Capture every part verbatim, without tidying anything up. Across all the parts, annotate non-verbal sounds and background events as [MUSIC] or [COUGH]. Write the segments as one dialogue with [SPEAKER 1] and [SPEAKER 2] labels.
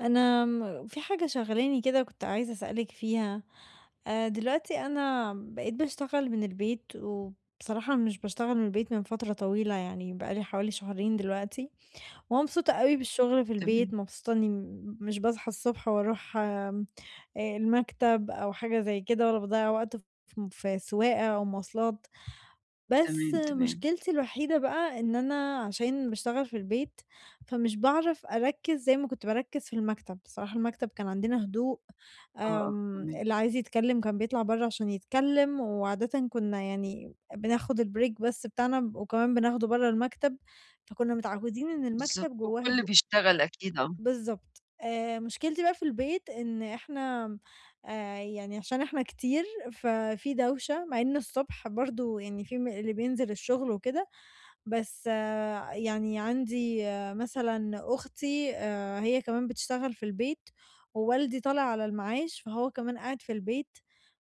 [SPEAKER 1] أنا م في حاجة شاغلاني كده كنت عايزة أسألِك فيها، آآ دلوقتي أنا بقيت باشتغل من البيت، وبصراحة مش باشتغل من البيت من فترة طويلة يعني بقى لي حوالي شهرين دلوقتي، ومبسوطة أوي بالشغل في البيت،
[SPEAKER 2] تمام،
[SPEAKER 1] مبسوطة إني م مش باصحى الصبح وأروح آمم آآ المكتب أو حاجة زي كده، ولا باضيّع وقت ف في سواقة أو مواصلات. بس
[SPEAKER 2] تمام، تمام.
[SPEAKER 1] مشكلتي الوحيدة بقى إن أنا عشان باشتغل في البيت، فمش باعرف أركّز زي ما كنت باركّز في المكتب، بصراحة المكتب كان عندنا هدوء،
[SPEAKER 2] آه، آه،
[SPEAKER 1] آمم،
[SPEAKER 2] تمام.
[SPEAKER 1] اللي عايز يتكلّم كان بيطلع برّه عشان يتكلّم، وعادةً كنا يعني بناخد الbreak بس بتاعنا وكمان بناخده برّه المكتب، فكنا متعوّدين إن
[SPEAKER 2] بالضبط،
[SPEAKER 1] المكتب جواه
[SPEAKER 2] والكل
[SPEAKER 1] هدوء.
[SPEAKER 2] بيشتغل أكيد، آه.
[SPEAKER 1] بالضبط. آآ مشكلتي بقى في البيت إن إحنا آآ يعني عشان إحنا كتير، ففي دوشة مع إن الصبح برضه يعني في م اللي بينزل الشغل وكده، بس آه، يعني عندي آه، مثلًا أختي آآ هي كمان بتشتغل في البيت، ووالدي طالع على المعاش، فهو كمان قاعد في البيت،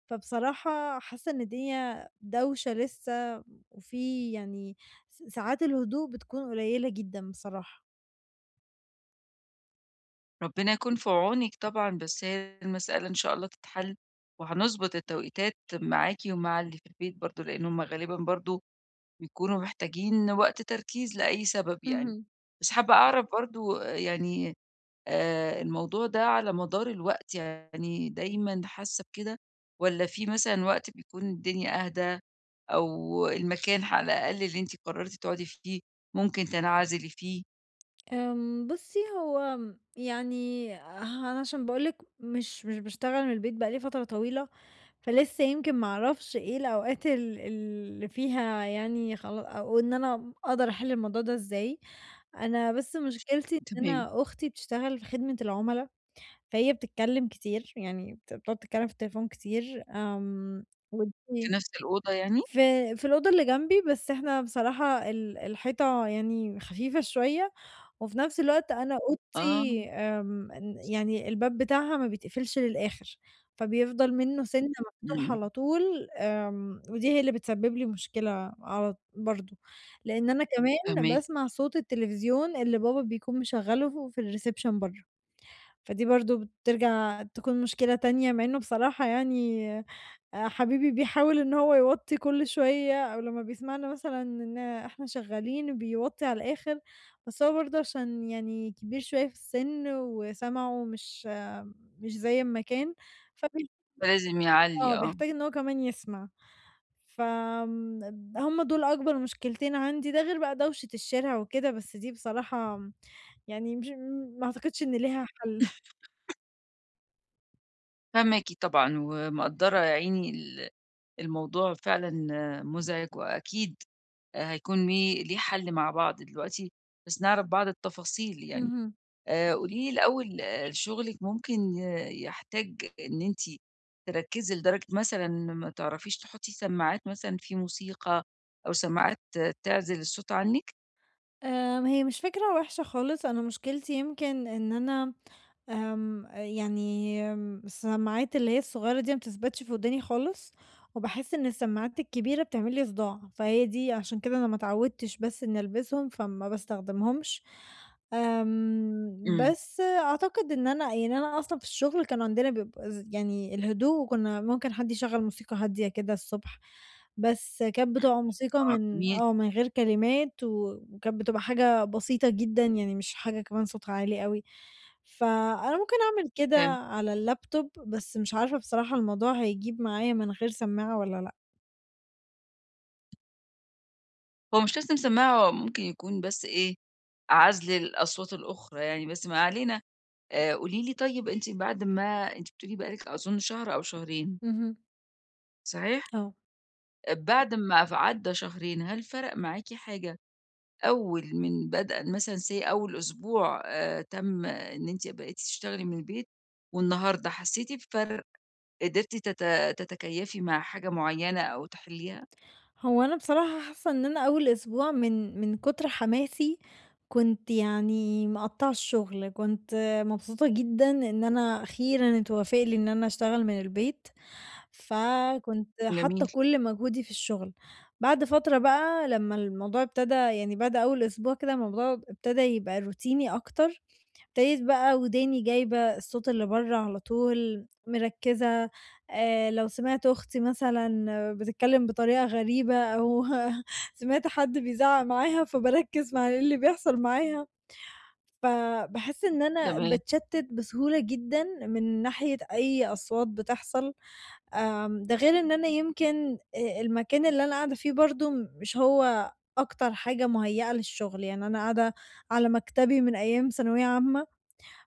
[SPEAKER 1] فبصراحة حاسة إن الدنيا دوشة لسه وفي يعني س ساعات الهدوء بتكون قليلة جدًا بصراحة.
[SPEAKER 2] ربنا يكون في عونِك طبعًا، بس هي المسألة إن شاء الله تتحل، وهنضبط التوقيتات معاكِ ومع اللي في البيت برضه، لإن هُم غالبًا برضه بيكونوا محتاجين وقت تركيز لأي سبب يعني.
[SPEAKER 1] اهم.
[SPEAKER 2] بس حابة أعرف برضه يعني آآ الموضوع ده على مدار الوقت، يعني دايمًا حاسة بكده والّا في مثلًا وقت بيكون الدنيا أهدى أو المكان على الأقل اللي أنتِ قررتِ تقعدي فيه ممكن تنعزلي فيه؟
[SPEAKER 1] آمم، بُصّي هو م يعني أنا عشان باقول لِك مش مش باشتغل من البيت بقى لي فترة طويلة، فلسه يمكن ما أعرفش إيه الأوقات ال اللي فيها يعني خلا أو إن أنا أقدر أحِل الموضوع ده إزاي، أنا بس مشكلتي إن
[SPEAKER 2] تمام.
[SPEAKER 1] أنا أختي بتشتغل في خدمة العُملا، فهي بتتكلم كتير، يعني بت بتقعد تتكلم في التليفون كتير، آمم،
[SPEAKER 2] في
[SPEAKER 1] ودي
[SPEAKER 2] نفس الأوضة يعني؟
[SPEAKER 1] في في الأوضة اللي جنبي، بس إحنا بصراحة ال الحيطة يعني خفيفة شوية وفي نفس الوقت أنا
[SPEAKER 2] آه،
[SPEAKER 1] أوضتي آمم، ن يعني الباب بتاعها ما بيتقفلش للآخر، فبيفضل منه سِنّة مفتوح
[SPEAKER 2] إمم،
[SPEAKER 1] على طول، آمم، ودي هي اللي بتسبب لي مشكلة على برضه، لإن أنا كمان
[SPEAKER 2] فاهماكِ،
[SPEAKER 1] باسمع صوت التلفزيون اللي بابا بيكون مشغّله في الreception برّه، فدي برضه بترجع تكون مشكلة تانية، مع إنه بصراحة يعني آآ حبيبي بيحاول إن هو يوطّي كل شوية أو لمّا بيسمعنا مثلًا إن إحنا شغّالين بيوطّي على الآخر، بس هو برضه عشان يعني كبير شوية في السِن وسمعه مش مش زي ما كان، فبي
[SPEAKER 2] فلازم يعلّي
[SPEAKER 1] آه،
[SPEAKER 2] آه.
[SPEAKER 1] بيحتاج إن هو كمان يسمع. فآمم هم دول أكبر مشكلتين عندي، ده غير بقى دوشة الشارع وكده، بس دي بصراحة يعني مش ما أعتقدش إن ليها حَل.
[SPEAKER 2] فاهماكِ طبعًا ومقدّرة يا عيني ال الموضوع فعلًا مزعج وأكيد هيكون ليه ليه حل مع بعض دلوقتي، بس نعرف بعض التفاصيل يعني.
[SPEAKER 1] اهم.
[SPEAKER 2] آآ قولي لي الأول آآ شغلِك ممكن ي يحتاج إن أنتِ تركّزي لدرجة مثلًا ما تعرفيش تحطّي سماعات مثلًا في موسيقى أو سماعات آه، تعزل الصوت عنِّك؟
[SPEAKER 1] آمم، هي مش فكرة وحشة خالص، أنا مشكلتي يمكن إن أنا آمم، يعني آمم، السماعات اللي هي الصغيرة دي ما بتثبتش في وداني خالص، وباحس إن السماعات الكبيرة بتعمل لي صداع، فهي دي عشان كده أنا ما اتعودتش بس إني ألبسهم، فما باستخدمهمش. آمم،
[SPEAKER 2] إمم،
[SPEAKER 1] بس أعتقد إن أنا يعني أنا أصلًا في الشغل كان عندنا بيبقى ز يعني الهدوء وكنا ممكن حد يشغّل موسيقى هادية كده الصبح، بس كانت بتبقى موسيقى
[SPEAKER 2] آه
[SPEAKER 1] من
[SPEAKER 2] جميل،
[SPEAKER 1] آه، من غير كلمات و وكانت بتبقى حاجة بسيطة جدًا، يعني مش حاجة كمان صوتها عالي أوي، فأنا ممكن أعمل كده
[SPEAKER 2] فهمت.
[SPEAKER 1] على اللاب توب، بس مش عارفة بصراحة الموضوع هيجيب معايا من غير سماعة والّا لأ.
[SPEAKER 2] هو مش لازم سماعة، هو ممكن يكون بس إيه، عزل الأصوات الأخرى يعني، بس ما علينا. آآ قولي لي طيب أنتِ بعد ما أنتِ بتقولي بقى لِك أظُن شهر أو شهرين،
[SPEAKER 1] اهم،
[SPEAKER 2] صحيح؟
[SPEAKER 1] آه.
[SPEAKER 2] آه، بعد ما ف عدّى شهرين، هل فرق معاكِ حاجة أول من بدءًا مثلًا say أول أسبوع آآ تم إن أنتِ بقيتِ تشتغلي من البيت، والنهارده حسيتِ بفرق، قدرتِ تت تتكيّفي مع حاجة معيّنة أو تحلّيها؟
[SPEAKER 1] هو أنا بصراحة حاسة إن أنا أول أسبوع من من كتر حماسي كنت يعني مقطعة الشغل، كنت مبسوطة جدًا إن أنا أخيرًا اتوافق لي إن أنا أشتغل من البيت. فكنت
[SPEAKER 2] جميل،
[SPEAKER 1] حاطة كل مجهودي في الشغل. بعد فترة بقى لمّا الموضوع ابتدى يعني بعد أول أسبوع كده الموضوع ابتدى يبقى روتيني أكتر، ابتديت بقى وداني جايبة الصوت اللي برّه على طول، مركّزة آآ، لو سمعت أختي مثلًا بتتكلم بطريقة غريبة أو [LAUGHS] سمعت حد بيزعق معاها فباركّز مع إيه اللي بيحصل معاها، فباحس إن أنا
[SPEAKER 2] تمام،
[SPEAKER 1] باتشتت بسهولة جدًا من ناحية أي أصوات بتحصل. آمم، ده غير إن أنا يمكن آآ، المكان اللي أنا قاعدة فيه برضه مش هو أكتر حاجة مُهيّأة للشغل، يعني أنا قاعدة على مكتبي من أيام ثانوية عامة،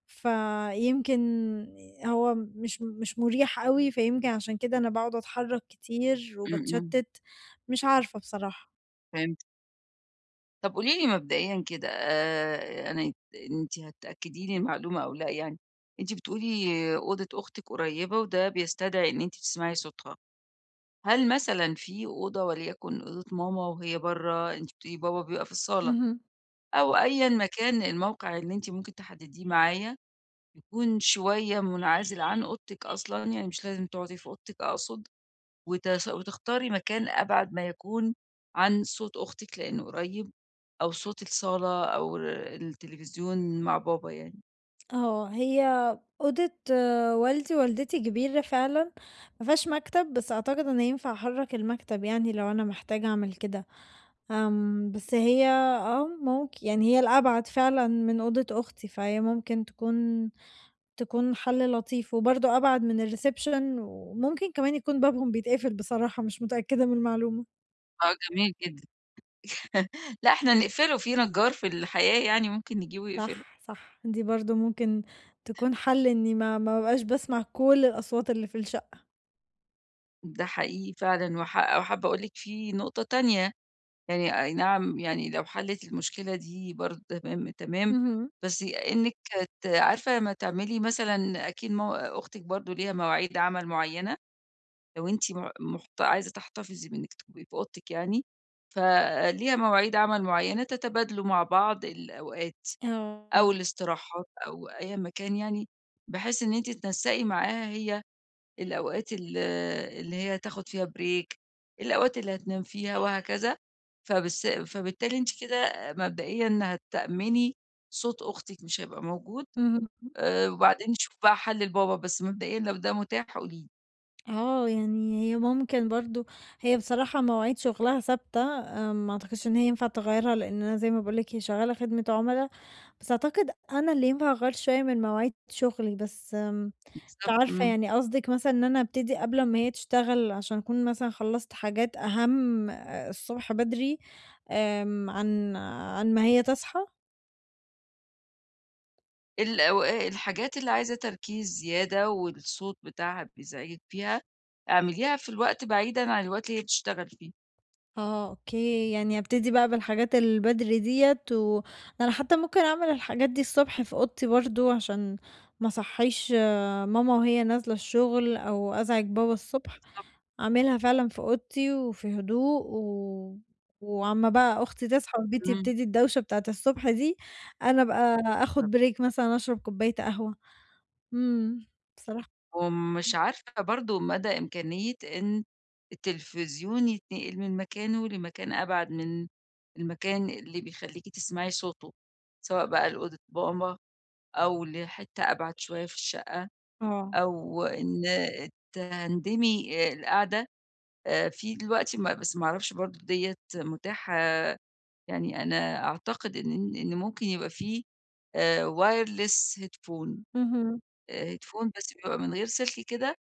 [SPEAKER 1] فيمكن هو مش مش مُريح أوي، فيمكن عشان كده أنا باقعد أتحرّك كتير
[SPEAKER 2] إمم، إمم،
[SPEAKER 1] وباتشتِّت، مش عارفة بصراحة.
[SPEAKER 2] فهمت. طب قولي لي مبدئيًا كده آآ أنا أنتِ هتأكدي لي المعلومة أو لأ يعني، أنتِ بتقولي أوضة أختِك قريّبة وده بيستدعي إن أنتِ تسمعي صوتها، هل مثلًا في أوضة وليكن أوضة ماما وهي برّه، أنتِ بتقولي بابا بيبقى في الصالة،
[SPEAKER 1] اهم.
[SPEAKER 2] أو أيًا ما كان الموقع اللي أنتِ ممكن تحدديه معايا، يكون شوية منعزل عن أوضتك أصلًا، يعني مش لازم تقعدي في أوضتك أقصد، وتس وتختاري مكان أبعد ما يكون عن صوت أختك لإنه قريب، أو صوت الصالة أو التلفزيون مع بابا يعني.
[SPEAKER 1] آه، هي أوضة آه، والدي ووالدتي كبيرة فعلًا، ما فيهاش مكتب، بس أعتقد إن ينفع أحرّك المكتب يعني لو أنا محتاجة أعمل كده، آمم، بس هي آه، ممكن يعني هي الأبعد فعلًا من أوضة أختي، فهي ممكن تكون تكون حل لطيف، وبرضه أبعد من الreception وممكن كمان يكون بابهم بيتقفل بصراحة، مش متأكدة من المعلومة.
[SPEAKER 2] آه جميل جدًا. [LAUGHS] لأ إحنا نقفله في نجار في الحياة يعني ممكن نجيبه يقفله.
[SPEAKER 1] صح، صح، دي برضه ممكن تكون حل إني ما ما ابقاش باسمع كل الأصوات اللي في الشقة.
[SPEAKER 2] ده حقيقي فعلًا وح وحابة أقول لِك في نقطة تانية يعني أي نعم، يعني لو حلِّت المشكلة دي برضه تمام، تمام،
[SPEAKER 1] اهم،
[SPEAKER 2] بس إنِّك ت عارفة لمّا تعملي مثلًا أكيد مو أختِك برضه ليها مواعيد عمل معيّنة، لو أنتِ م محت عايزة تحتفظي بإنِّك تبقي في أوضتِك يعني، فليها مواعيد عمل معيّنة، تتبادلوا مع بعض الأوقات
[SPEAKER 1] آه.
[SPEAKER 2] أو الاستراحات أو أيًا ما كان يعني، بحيث إن أنتِ تنسَّقي معاها هي الأوقات ال اللي هي تاخد فيها break، الأوقات اللي هتنام فيها وهكذا، فبالس فبالتالي أنتِ كده مبدئيًا هتأمِني صوت أختِك مش هيبقى موجود.
[SPEAKER 1] اهم.
[SPEAKER 2] آآ، وبعدين نشوف بقى حل لبابا، بس مبدئيًا لو ده متاح قولي لي.
[SPEAKER 1] آه، يعني هي ممكن برضه هي بصراحة مواعيد شغلها ثابتة، آآ ما أعتقدش إن هي ينفع تغيّرها، لإن أنا زي ما باقول لِك هي شغّالة خدمة عُملا، بس أعتقد أنا اللي ينفع أغيّر شوية من مواعيد شغلي، بس آمم، مش
[SPEAKER 2] بالضبط،
[SPEAKER 1] عارفة
[SPEAKER 2] إمم.
[SPEAKER 1] يعني قصدِك مثلًا إن أنا أبتدي قبل ما هي تشتغل عشان أكون مثلًا خلّصت حاجات أهم آه، الصبح بدري آمم، عن عن ما هي تصحى؟
[SPEAKER 2] الأوقا الحاجات اللي عايزة تركيز زيادة والصوت بتاعها بيزعجِك فيها، اعمليها في الوقت بعيدًا عن الوقت اللي هي بتشتغل فيه.
[SPEAKER 1] آه، أوكي، يعني أبتدي بقى بالحاجات البدري ديّة، و أنا حتى ممكن أعمل الحاجات دي الصبح في أوضتي برضه عشان ما أصحّيش ماما وهي نازلة الشغل أو أزعج بابا الصبح،
[SPEAKER 2] بالضبط،
[SPEAKER 1] أعملها فعلًا في أوضتي وفي هدوء و وأمّا بقى أختي تصحى والبيت
[SPEAKER 2] إمم.
[SPEAKER 1] يبتدي الدوشة بتاعة الصبح دي، أنا أبقى آخُد break مثلًا أشرب كوباية قهوة. إمم، بصراحة
[SPEAKER 2] ومش عارفة برضه مدى إمكانية إن التلفزيون يتنقل من مكانه لمكان أبعد من المكان اللي بيخلّيكِ تسمعي صوته، سواء بقى لأوضة ماما أو لحتّة أبعد شوية في الشقة،
[SPEAKER 1] آه.
[SPEAKER 2] أو إن تهندمي آآ القعدة آآ في دلوقتي ما بس ما أعرفش برضه ديّة متاحة يعني أنا أعتقد إن إن ممكن يبقى في آآ wireless headphone،
[SPEAKER 1] اهم.
[SPEAKER 2] آآ headphone بس بيبقى من غير سلك كده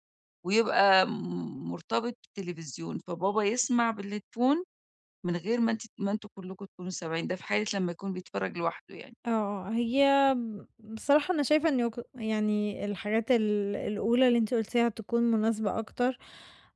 [SPEAKER 2] ويبقى م مرتبط بالتلفزيون، فبابا يسمع بالهيدفون من غير ما أنتِ ما أنتم كلكم تكونوا سامعين، ده في حالة لمّا يكون بيتفرج لوحده يعني.
[SPEAKER 1] آه، آه، هي بصراحة أنا شايفة إن يق يعني الحاجات ال الأولى اللي أنتِ قُلتيها تكون مناسبة أكتر،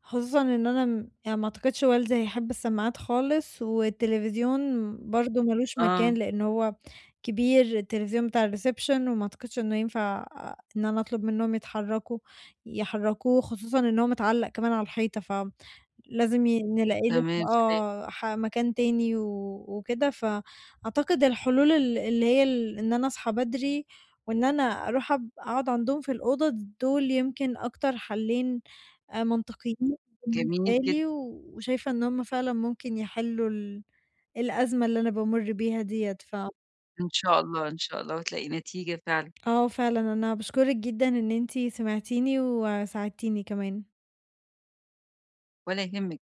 [SPEAKER 1] خصوصًا إن أنا م يعني ما أعتقدش والدي هيحب السماعات خالص، والتلفزيون برضه ما لوش
[SPEAKER 2] آه،
[SPEAKER 1] مكان لإن هو كبير، التلفزيون بتاع الreception وما أعتقدش إنه ينفع أ- إن أنا أطلب منهم يتحركوا يحركوه، خصوصًا إن هو متعلق كمان على الحيطة ف لازم ي نلاقي له
[SPEAKER 2] تمام، فاهم.
[SPEAKER 1] آه، ح مكان تاني و وكده، فأعتقد الحلول ال اللي هي ال إن أنا أصحى بدري وإن أنا أروح أب أقعد عندهم في الأوضة، دول يمكن أكتر حلّين آآ منطقيين
[SPEAKER 2] جميل
[SPEAKER 1] بالنسبة
[SPEAKER 2] جدًا،
[SPEAKER 1] لي، و- وشايفة إن هُم فعلًا ممكن يحلّوا ال الأزمة اللي أنا بامُر بيها ديّة، ف
[SPEAKER 2] إن شاء الله، إن شاء الله وتلاقي نتيجة فعلًا.
[SPEAKER 1] آه فعلًا أنا باشكرِك جدًا إن أنتِ سمعتيني وساعدتيني كمان.
[SPEAKER 2] ولا يهمِك.